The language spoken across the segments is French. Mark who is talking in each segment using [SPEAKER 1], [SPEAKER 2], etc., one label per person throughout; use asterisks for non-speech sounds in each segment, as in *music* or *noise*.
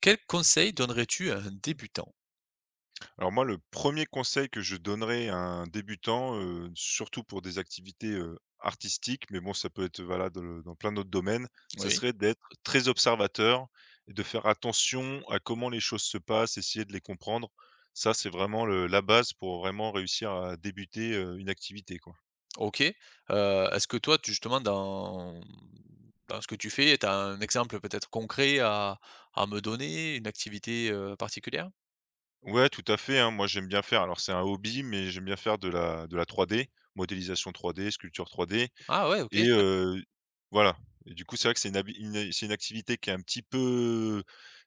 [SPEAKER 1] Quel conseil donnerais-tu à un débutant?
[SPEAKER 2] Alors moi, le premier conseil que je donnerais à un débutant, surtout pour des activités, artistiques, mais bon, ça peut être valable dans plein d'autres domaines, ça
[SPEAKER 1] Oui,
[SPEAKER 2] serait d'être très observateur et de faire attention à comment les choses se passent, essayer de les comprendre. Ça, c'est vraiment le la base pour vraiment réussir à débuter, une activité, quoi.
[SPEAKER 1] OK. Est-ce que toi, tu justement dans ce que tu fais, tu as un exemple peut-être concret à me donner, une activité, particulière?
[SPEAKER 2] Ouais, tout à fait, hein, moi j'aime bien faire, alors c'est un hobby, mais j'aime bien faire de la 3D, modélisation 3D, sculpture 3D.
[SPEAKER 1] Ah ouais, OK,
[SPEAKER 2] Et
[SPEAKER 1] chouette.
[SPEAKER 2] heu, voilà. Et du coup, c'est vrai que c'est une habi une c'est une activité qui est un petit peu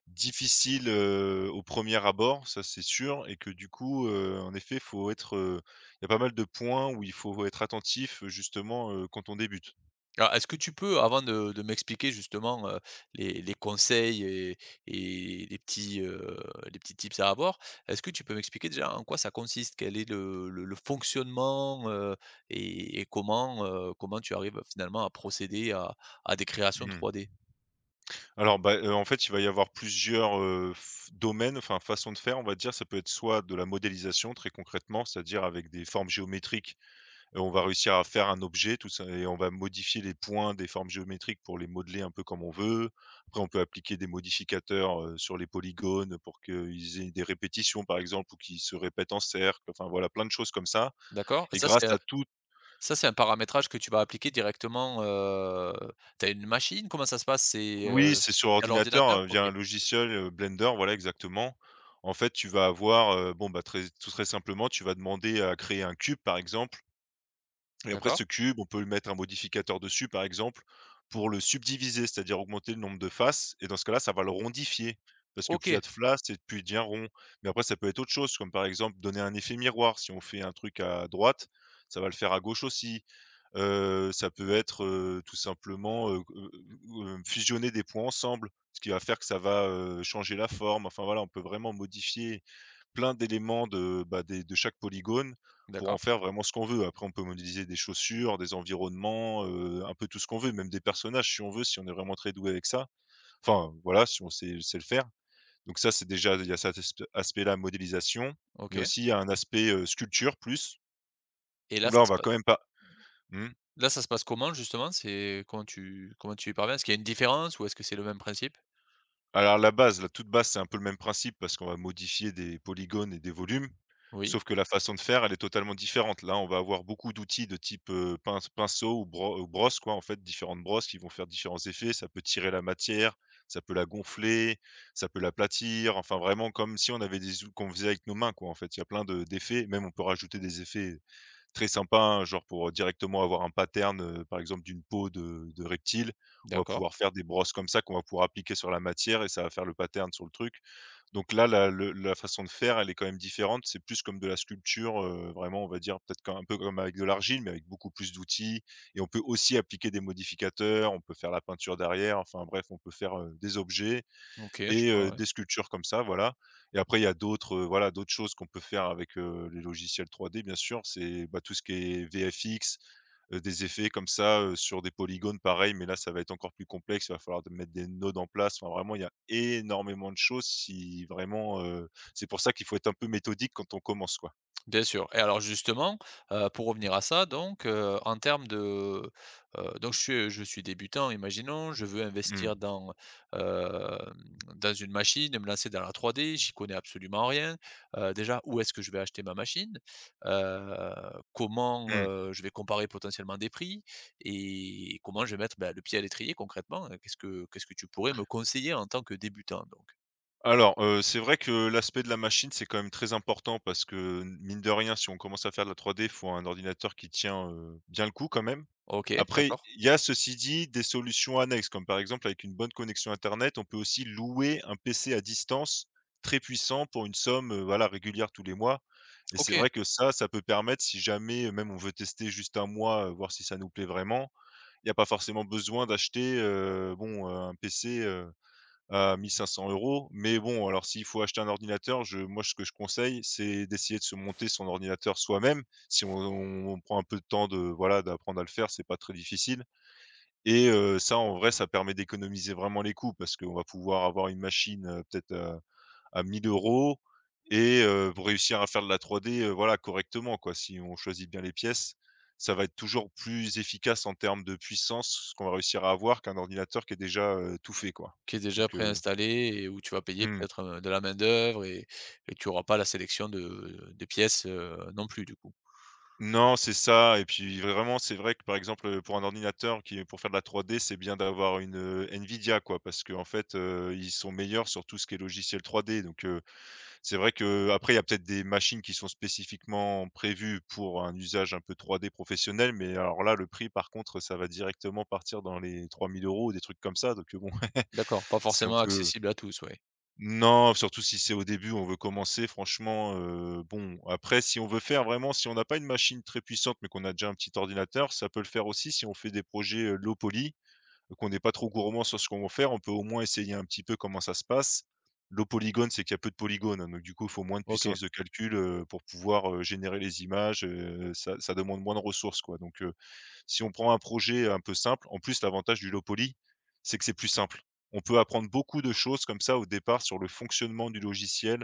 [SPEAKER 2] difficile, au premier abord, ça c'est sûr, et que du coup, en effet, faut être, il y a pas mal de points où il faut être attentif, justement, quand on débute.
[SPEAKER 1] Alors, est-ce que tu peux, avant de m'expliquer justement, les conseils et les petits tips à avoir, est-ce que tu peux m'expliquer déjà en quoi ça consiste? Quel est le fonctionnement, et comment, comment tu arrives finalement à procéder à des créations
[SPEAKER 2] Mmh.
[SPEAKER 1] 3D?
[SPEAKER 2] Alors, en fait, il va y avoir plusieurs, f domaines, enfin façons de faire, on va dire. Ça peut être soit de la modélisation, très concrètement, c'est-à-dire avec des formes géométriques. On va réussir à faire un objet, tout ça, et on va modifier les points des formes géométriques pour les modeler un peu comme on veut. Après, on peut appliquer des modificateurs, sur les polygones pour qu'ils aient des répétitions par exemple, ou qu'ils se répètent en cercle, enfin voilà, plein de choses comme ça,
[SPEAKER 1] D'accord?
[SPEAKER 2] et grâce à tout.
[SPEAKER 1] Ça, c'est un paramétrage que tu vas appliquer directement, tu as une machine? Comment ça se passe?
[SPEAKER 2] Oui, c'est sur
[SPEAKER 1] Via
[SPEAKER 2] ordinateur,
[SPEAKER 1] l'ordinateur?
[SPEAKER 2] via
[SPEAKER 1] OK.
[SPEAKER 2] un logiciel, Blender, voilà exactement. En fait, tu vas avoir, bon, bah, très tout très simplement, tu vas demander à créer un cube par exemple. Et après, ce
[SPEAKER 1] D'accord.
[SPEAKER 2] cube, on peut lui mettre un modificateur dessus, par exemple, pour le subdiviser, c'est-à-dire augmenter le nombre de faces, et dans ce cas-là, ça va le rondifier parce que plus il y
[SPEAKER 1] OK.
[SPEAKER 2] a de faces, et plus il devient rond. Mais après, ça peut être autre chose, comme par exemple donner un effet miroir. Si on fait un truc à droite, ça va le faire à gauche aussi. Ça peut être, tout simplement fusionner des points ensemble, ce qui va faire que ça va, changer la forme. Enfin voilà, on peut vraiment modifier plein d'éléments de, bah, des de chaque polygone pour en
[SPEAKER 1] D'accord.
[SPEAKER 2] faire vraiment ce qu'on veut. Après, on peut modéliser des chaussures, des environnements, un peu tout ce qu'on veut, même des personnages si on veut, si on est vraiment très doué avec ça. Enfin, voilà, si on sait le faire. Donc ça, c'est déjà, il y a cet aspect-là, modélisation,
[SPEAKER 1] OK
[SPEAKER 2] mais aussi il y a un aspect, sculpture plus,
[SPEAKER 1] et là,
[SPEAKER 2] où
[SPEAKER 1] ça
[SPEAKER 2] là, on
[SPEAKER 1] se
[SPEAKER 2] va
[SPEAKER 1] passe
[SPEAKER 2] quand même pas. Mmh?
[SPEAKER 1] Là, ça se passe comment justement? C'est comment tu y parviens? Est-ce qu'il y a une différence ou est-ce que c'est le même principe?
[SPEAKER 2] Alors la base, la toute base, c'est un peu le même principe parce qu'on va modifier des polygones et des volumes,
[SPEAKER 1] Oui,
[SPEAKER 2] sauf que la façon de faire, elle est totalement différente. Là, on va avoir beaucoup d'outils de type, pinceau, ou brosse quoi, en fait, différentes brosses qui vont faire différents effets. Ça peut tirer la matière, ça peut la gonfler, ça peut l'aplatir, enfin vraiment comme si on avait des, ou qu'on faisait avec nos mains quoi, en fait. Il y a plein de d'effets, même on peut rajouter des effets très sympa, hein, genre pour directement avoir un pattern, par exemple d'une peau de reptile. On va
[SPEAKER 1] d'accord.
[SPEAKER 2] pouvoir faire des brosses comme ça qu'on va pouvoir appliquer sur la matière, et ça va faire le pattern sur le truc. Donc là, la façon de faire, elle est quand même différente. C'est plus comme de la sculpture, vraiment, on va dire, peut-être qu'un un peu comme avec de l'argile, mais avec beaucoup plus d'outils, et on peut aussi appliquer des modificateurs, on peut faire la peinture derrière, enfin bref, on peut faire, des objets
[SPEAKER 1] OK, je
[SPEAKER 2] et
[SPEAKER 1] vois.
[SPEAKER 2] des sculptures comme ça, voilà. Et après, il y a d'autres, voilà, d'autres choses qu'on peut faire avec, les logiciels 3D bien sûr, c'est, bah, tout ce qui est VFX, des effets comme ça, sur des polygones pareil, mais là ça va être encore plus complexe, il va falloir de mettre des nodes en place, enfin vraiment il y a énormément de choses si vraiment, c'est pour ça qu'il faut être un peu méthodique quand on commence, quoi.
[SPEAKER 1] Bien sûr. Et alors justement, pour revenir à ça donc, en termes de, donc je suis débutant, imaginons, je veux
[SPEAKER 2] Mmh
[SPEAKER 1] investir dans, hem, dans une machine, me lancer dans la 3D, j'y connais absolument rien. Déjà, où est-ce que je vais acheter ma machine? Heu, Comment,
[SPEAKER 2] mh.
[SPEAKER 1] je vais comparer potentiellement des prix? Et comment je vais mettre, bah, le pied à l'étrier concrètement, qu'est-ce que tu pourrais me conseiller en tant que débutant donc?
[SPEAKER 2] Alors, c'est vrai que l'aspect de la machine, c'est quand même très important parce que, mine de rien, si on commence à faire de la 3D, il faut un ordinateur qui tient, bien le coup quand même.
[SPEAKER 1] OK,
[SPEAKER 2] Après,
[SPEAKER 1] d'accord.
[SPEAKER 2] il y a, ceci dit, des solutions annexes, comme par exemple avec une bonne connexion internet, on peut aussi louer un PC à distance très puissant pour une somme, voilà, régulière tous les mois, et c'est
[SPEAKER 1] OK.
[SPEAKER 2] vrai que ça peut permettre si jamais, même on veut tester juste un mois, voir si ça nous plaît vraiment, il n'y a pas forcément besoin d'acheter, un PC, à 1 500 €. Mais bon, alors s'il faut acheter un ordinateur, je moi, ce que je conseille, c'est d'essayer de se monter son ordinateur soi-même. Si on prend un peu de temps de, voilà, d'apprendre à le faire, c'est pas très difficile, et ça, en vrai, ça permet d'économiser vraiment les coûts parce qu'on va pouvoir avoir une machine, peut-être, à 1 euros, et pour réussir à faire de la 3D, voilà, correctement, quoi. Si on choisit bien les pièces, ça va être toujours plus efficace en termes de puissance, ce qu'on va réussir à avoir, qu'un ordinateur qui est déjà, tout fait, quoi.
[SPEAKER 1] Qui est déjà
[SPEAKER 2] Donc heu,
[SPEAKER 1] préinstallé et où tu vas payer
[SPEAKER 2] mmh.
[SPEAKER 1] peut-être, de la main-d'œuvre et tu auras pas la sélection de des pièces, non plus du coup.
[SPEAKER 2] Non, c'est ça, et puis vraiment, c'est vrai que, par exemple, pour un ordinateur qui est pour faire de la 3D, c'est bien d'avoir une, Nvidia, quoi, parce qu'en fait, ils sont meilleurs sur tout ce qui est logiciel 3D, donc c'est vrai que, après, il y a peut-être des machines qui sont spécifiquement prévues pour un usage un peu 3D professionnel, mais alors là, le prix, par contre, ça va directement partir dans les 3 000 € ou des trucs comme ça, donc bon, *laughs*
[SPEAKER 1] D'accord, pas
[SPEAKER 2] c'est un
[SPEAKER 1] forcément
[SPEAKER 2] peu,
[SPEAKER 1] accessible à tous, ouais.
[SPEAKER 2] non, surtout si c'est au début, on veut commencer franchement, bon, après, si on veut faire vraiment, si on n'a pas une machine très puissante, mais qu'on a déjà un petit ordinateur, ça peut le faire aussi si on fait des projets, low poly, qu'on n'est pas trop gourmand sur ce qu'on veut faire, on peut au moins essayer un petit peu comment ça se passe. Low polygone, c'est qu'il y a peu de polygones, hein, donc du coup, il faut moins de
[SPEAKER 1] OK.
[SPEAKER 2] puissance de calcul, pour pouvoir, générer les images, ça ça demande moins de ressources, quoi, donc si on prend un projet un peu simple, en plus, l'avantage du low poly, c'est que c'est plus simple. On peut apprendre beaucoup de choses comme ça au départ sur le fonctionnement du logiciel,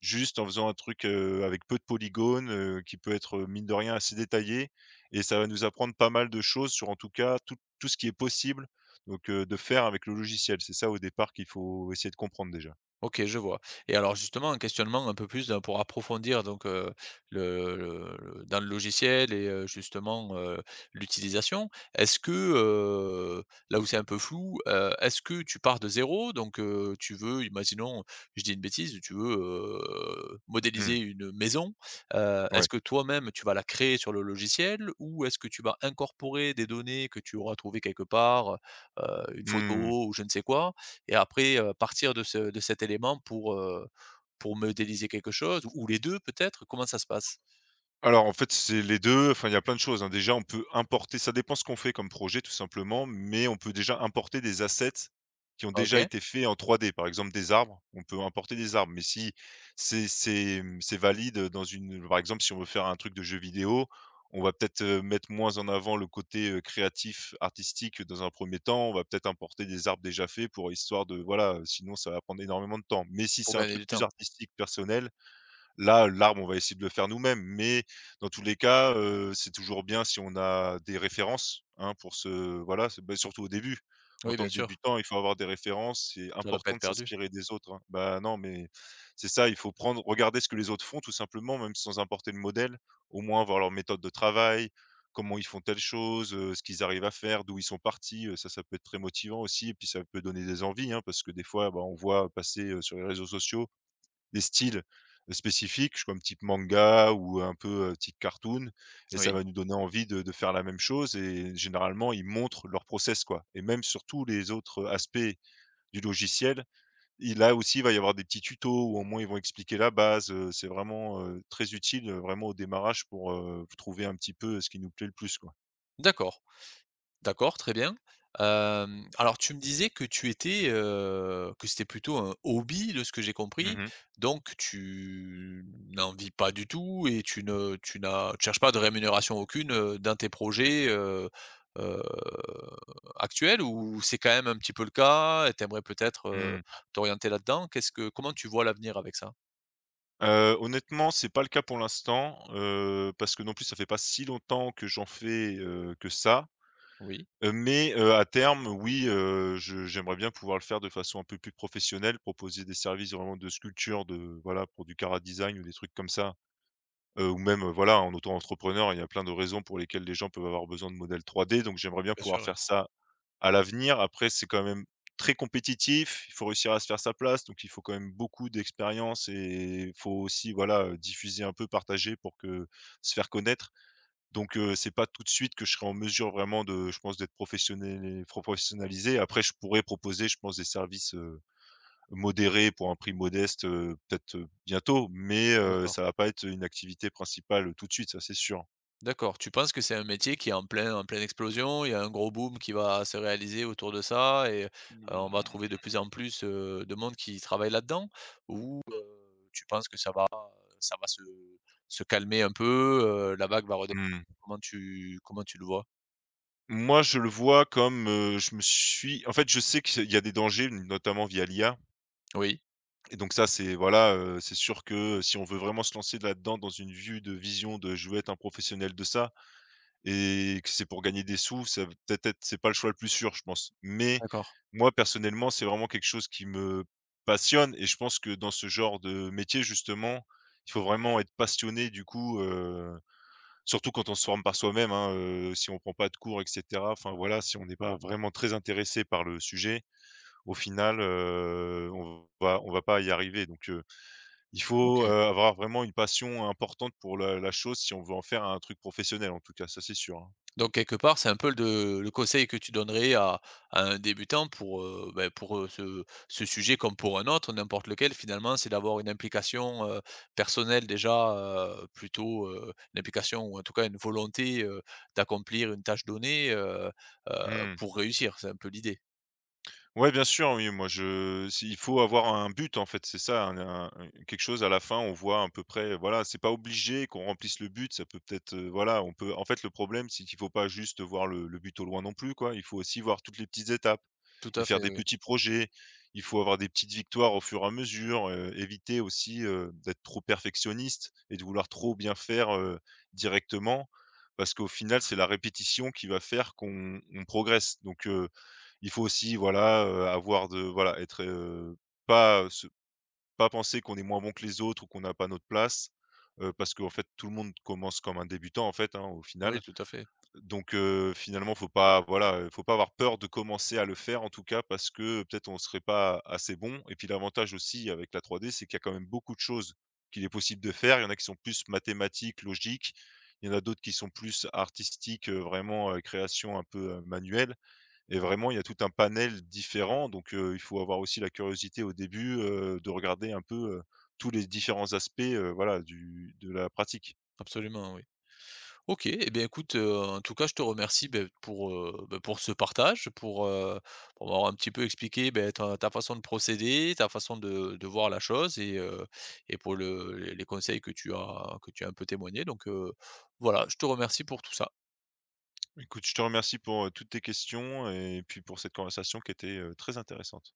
[SPEAKER 2] juste en faisant un truc avec peu de polygones, qui peut être, mine de rien, assez détaillé. Et ça va nous apprendre pas mal de choses sur, en tout cas, tout, tout ce qui est possible, donc de faire avec le logiciel. C'est ça au départ qu'il faut essayer de comprendre déjà.
[SPEAKER 1] OK, je vois, et alors justement un questionnement un peu plus dans pour approfondir donc, le dans le logiciel et, l'utilisation. Est-ce que, heu, Là où c'est un peu flou, est-ce que tu pars de zéro, donc, tu veux, imaginons, je dis une bêtise, tu veux,
[SPEAKER 2] Hmm,
[SPEAKER 1] modéliser une maison, est-ce
[SPEAKER 2] ouais.
[SPEAKER 1] que toi-même tu vas la créer sur le logiciel? Ou est-ce que tu vas incorporer des données que tu auras trouvées quelque part, une
[SPEAKER 2] Hmm.
[SPEAKER 1] photo ou je ne sais quoi? Et après, partir de cet élément pour modéliser quelque chose, ou les 2 peut-être? Comment ça se passe?
[SPEAKER 2] Alors en fait, c'est les 2. Enfin, il y a plein de choses, hein. Déjà, on peut importer, ça dépend ce qu'on fait comme projet tout simplement, mais on peut déjà importer des assets qui ont déjà
[SPEAKER 1] OK,
[SPEAKER 2] été faits en 3D. Par exemple des arbres, on peut importer des arbres, mais si c'est, mmh, c'est valide, dans une, par exemple, si on veut faire un truc de jeu vidéo, on va peut-être, mettre moins en avant le côté, créatif, artistique, dans un premier temps. On va peut-être importer des arbres déjà faits, pour histoire de, voilà, sinon ça va prendre énormément de temps. Mais si
[SPEAKER 1] pour
[SPEAKER 2] c'est un
[SPEAKER 1] gagner
[SPEAKER 2] truc
[SPEAKER 1] du
[SPEAKER 2] plus
[SPEAKER 1] temps.
[SPEAKER 2] artistique, personnel, là, l'arbre, on va essayer de le faire nous-mêmes, mais dans tous les cas, c'est toujours bien si on a des références, hein, pour se, voilà, se, bah, surtout au début. En
[SPEAKER 1] Oui,
[SPEAKER 2] tant
[SPEAKER 1] bien
[SPEAKER 2] que
[SPEAKER 1] sûr,
[SPEAKER 2] débutant, il faut avoir des références, c'est
[SPEAKER 1] ça ne doit pas
[SPEAKER 2] important
[SPEAKER 1] être
[SPEAKER 2] de
[SPEAKER 1] perdu.
[SPEAKER 2] s'inspirer des autres, hein. Non, mais c'est ça, il faut prendre regarder ce que les autres font tout simplement, même sans importer le modèle, au moins voir leur méthode de travail, comment ils font telle chose, ce qu'ils arrivent à faire, d'où ils sont partis, ça, ça peut être très motivant aussi et puis ça peut donner des envies, hein, parce que des fois, bah, on voit passer, sur les réseaux sociaux des styles spécifiques, comme type manga ou un peu, type cartoon et ça
[SPEAKER 1] Oui,
[SPEAKER 2] va nous donner envie de faire la même chose et généralement, ils montrent leur process, quoi, et même sur tous les autres aspects du logiciel, il là aussi, il va y avoir des petits tutos où au moins ils vont expliquer la base. Heu, c'est vraiment, très utile, vraiment au démarrage pour, trouver un petit peu ce qui nous plaît le plus, quoi.
[SPEAKER 1] d'accord. D'accord, très bien. Hem, alors tu me disais que tu étais, que c'était plutôt un hobby de ce que j'ai
[SPEAKER 2] Mmh
[SPEAKER 1] compris,
[SPEAKER 2] mh.
[SPEAKER 1] donc tu n'en vis pas du tout et tu ne tu n'as tu cherches pas de rémunération aucune, dans tes projets, heu, actuels, ou c'est quand même un petit peu le cas et t'aimerais peut-être,
[SPEAKER 2] Mmh.
[SPEAKER 1] t'orienter là-dedans? Qu'est-ce que Comment tu vois l'avenir avec ça?
[SPEAKER 2] Honnêtement, c'est pas le cas pour l'instant, parce que non plus ça fait pas si longtemps que j'en fais, que ça.
[SPEAKER 1] Oui,
[SPEAKER 2] Mais à terme, oui, je j'aimerais bien pouvoir le faire de façon un peu plus professionnelle, proposer des services vraiment de sculpture, de voilà, pour du chara design ou des trucs comme ça. Ou même, voilà, en auto-entrepreneur, il y a plein de raisons pour lesquelles les gens peuvent avoir besoin de modèles 3D, donc j'aimerais bien
[SPEAKER 1] bien sûr,
[SPEAKER 2] pouvoir
[SPEAKER 1] oui.
[SPEAKER 2] faire ça à l'avenir. Après, c'est quand même très compétitif, il faut réussir à se faire sa place, donc il faut quand même beaucoup d'expérience et il faut aussi, voilà, diffuser un peu, partager pour que se faire connaître. Donc, c'est pas tout de suite que je serai en mesure vraiment de je pense d'être professionnel professionnalisé. Après je pourrais proposer, je pense, des services, modérés pour un prix modeste, peut-être, bientôt, mais
[SPEAKER 1] D'accord.
[SPEAKER 2] ça va pas être une activité principale, tout de suite, ça c'est sûr.
[SPEAKER 1] D'accord, tu penses que c'est un métier qui est en pleine explosion, il y a un gros boom qui va se réaliser autour de ça, et, on va trouver
[SPEAKER 2] Mmh.
[SPEAKER 1] de plus en plus, de monde qui travaille là-dedans? Ou, tu penses que ça va se se calmer un peu, la vague va redescendre?
[SPEAKER 2] Mmh.
[SPEAKER 1] Comment tu le vois?
[SPEAKER 2] Moi je le vois comme, je me suis en fait je sais qu'il y a des dangers, notamment via l'IA,
[SPEAKER 1] Oui,
[SPEAKER 2] et donc ça c'est voilà, c'est sûr que si on veut vraiment se lancer là-dedans dans une vue de vision de je veux être un professionnel de ça, et que c'est pour gagner des sous, ça va peut-être être c'est pas le choix le plus sûr, je pense. Mais
[SPEAKER 1] d'accord,
[SPEAKER 2] moi, personnellement, c'est vraiment quelque chose qui me passionne et je pense que dans ce genre de métier, justement, il faut vraiment être passionné du coup, surtout quand on se forme par soi-même, hein, si on prend pas de cours et cetera, enfin voilà, si on n'est pas vraiment très intéressé par le sujet, au final, on va pas y arriver donc il faut,
[SPEAKER 1] OK.
[SPEAKER 2] avoir vraiment une passion importante pour la chose si on veut en faire un truc professionnel en tout cas, ça c'est sûr, hein.
[SPEAKER 1] Donc quelque part, c'est un peu de le conseil que tu donnerais à un débutant pour, ce ce sujet comme pour un autre, n'importe lequel finalement, c'est d'avoir une implication, personnelle déjà, une implication ou en tout cas une volonté, d'accomplir une tâche donnée, heu,
[SPEAKER 2] Mmh.
[SPEAKER 1] pour réussir. C'est un peu l'idée.
[SPEAKER 2] Ouais, bien sûr, oui, moi je si il faut avoir un but en fait, c'est ça, un quelque chose à la fin, on voit à peu près, voilà, c'est pas obligé qu'on remplisse le but, ça peut peut-être, voilà, on peut en fait, le problème, c'est qu'il faut pas juste voir le but au loin non plus, quoi. Il faut aussi voir toutes les petites étapes
[SPEAKER 1] Tout
[SPEAKER 2] et
[SPEAKER 1] à
[SPEAKER 2] faire
[SPEAKER 1] fait,
[SPEAKER 2] des
[SPEAKER 1] oui.
[SPEAKER 2] petits projets. Il faut avoir des petites victoires au fur et à mesure, éviter aussi, d'être trop perfectionniste et de vouloir trop bien faire, directement parce qu'au final, c'est la répétition qui va faire qu'on on progresse donc il faut aussi, voilà, avoir de voilà, être, pas, heu, se pas penser qu'on est moins bon que les autres ou qu'on n'a pas notre place, parce qu'en fait, tout le monde commence comme un débutant, en fait, hein, au
[SPEAKER 1] Oui,
[SPEAKER 2] final.
[SPEAKER 1] tout à fait.
[SPEAKER 2] Donc finalement, faut pas voilà, faut pas avoir peur de commencer à le faire, en tout cas, parce que peut-être on serait pas assez bon, et puis l'avantage aussi avec la 3D, c'est qu'il y a quand même beaucoup de choses qu'il est possible de faire. Il y en a qui sont plus mathématiques, logiques, il y en a d'autres qui sont plus artistiques, vraiment, création un peu, manuelle et vraiment, il y a tout un panel différent, donc il faut avoir aussi la curiosité au début, de regarder un peu, tous les différents aspects, voilà, du de la pratique.
[SPEAKER 1] Absolument, oui. OK, et bien écoute, en tout cas je te remercie, pour ce partage, pour m'avoir un petit peu expliqué, beh, ta façon de procéder, ta façon de voir la chose, et pour le les conseils que tu as un peu témoigné, donc, voilà, je te remercie pour tout ça.
[SPEAKER 2] Écoute, je te remercie pour, toutes tes questions et puis pour cette conversation qui était, très intéressante.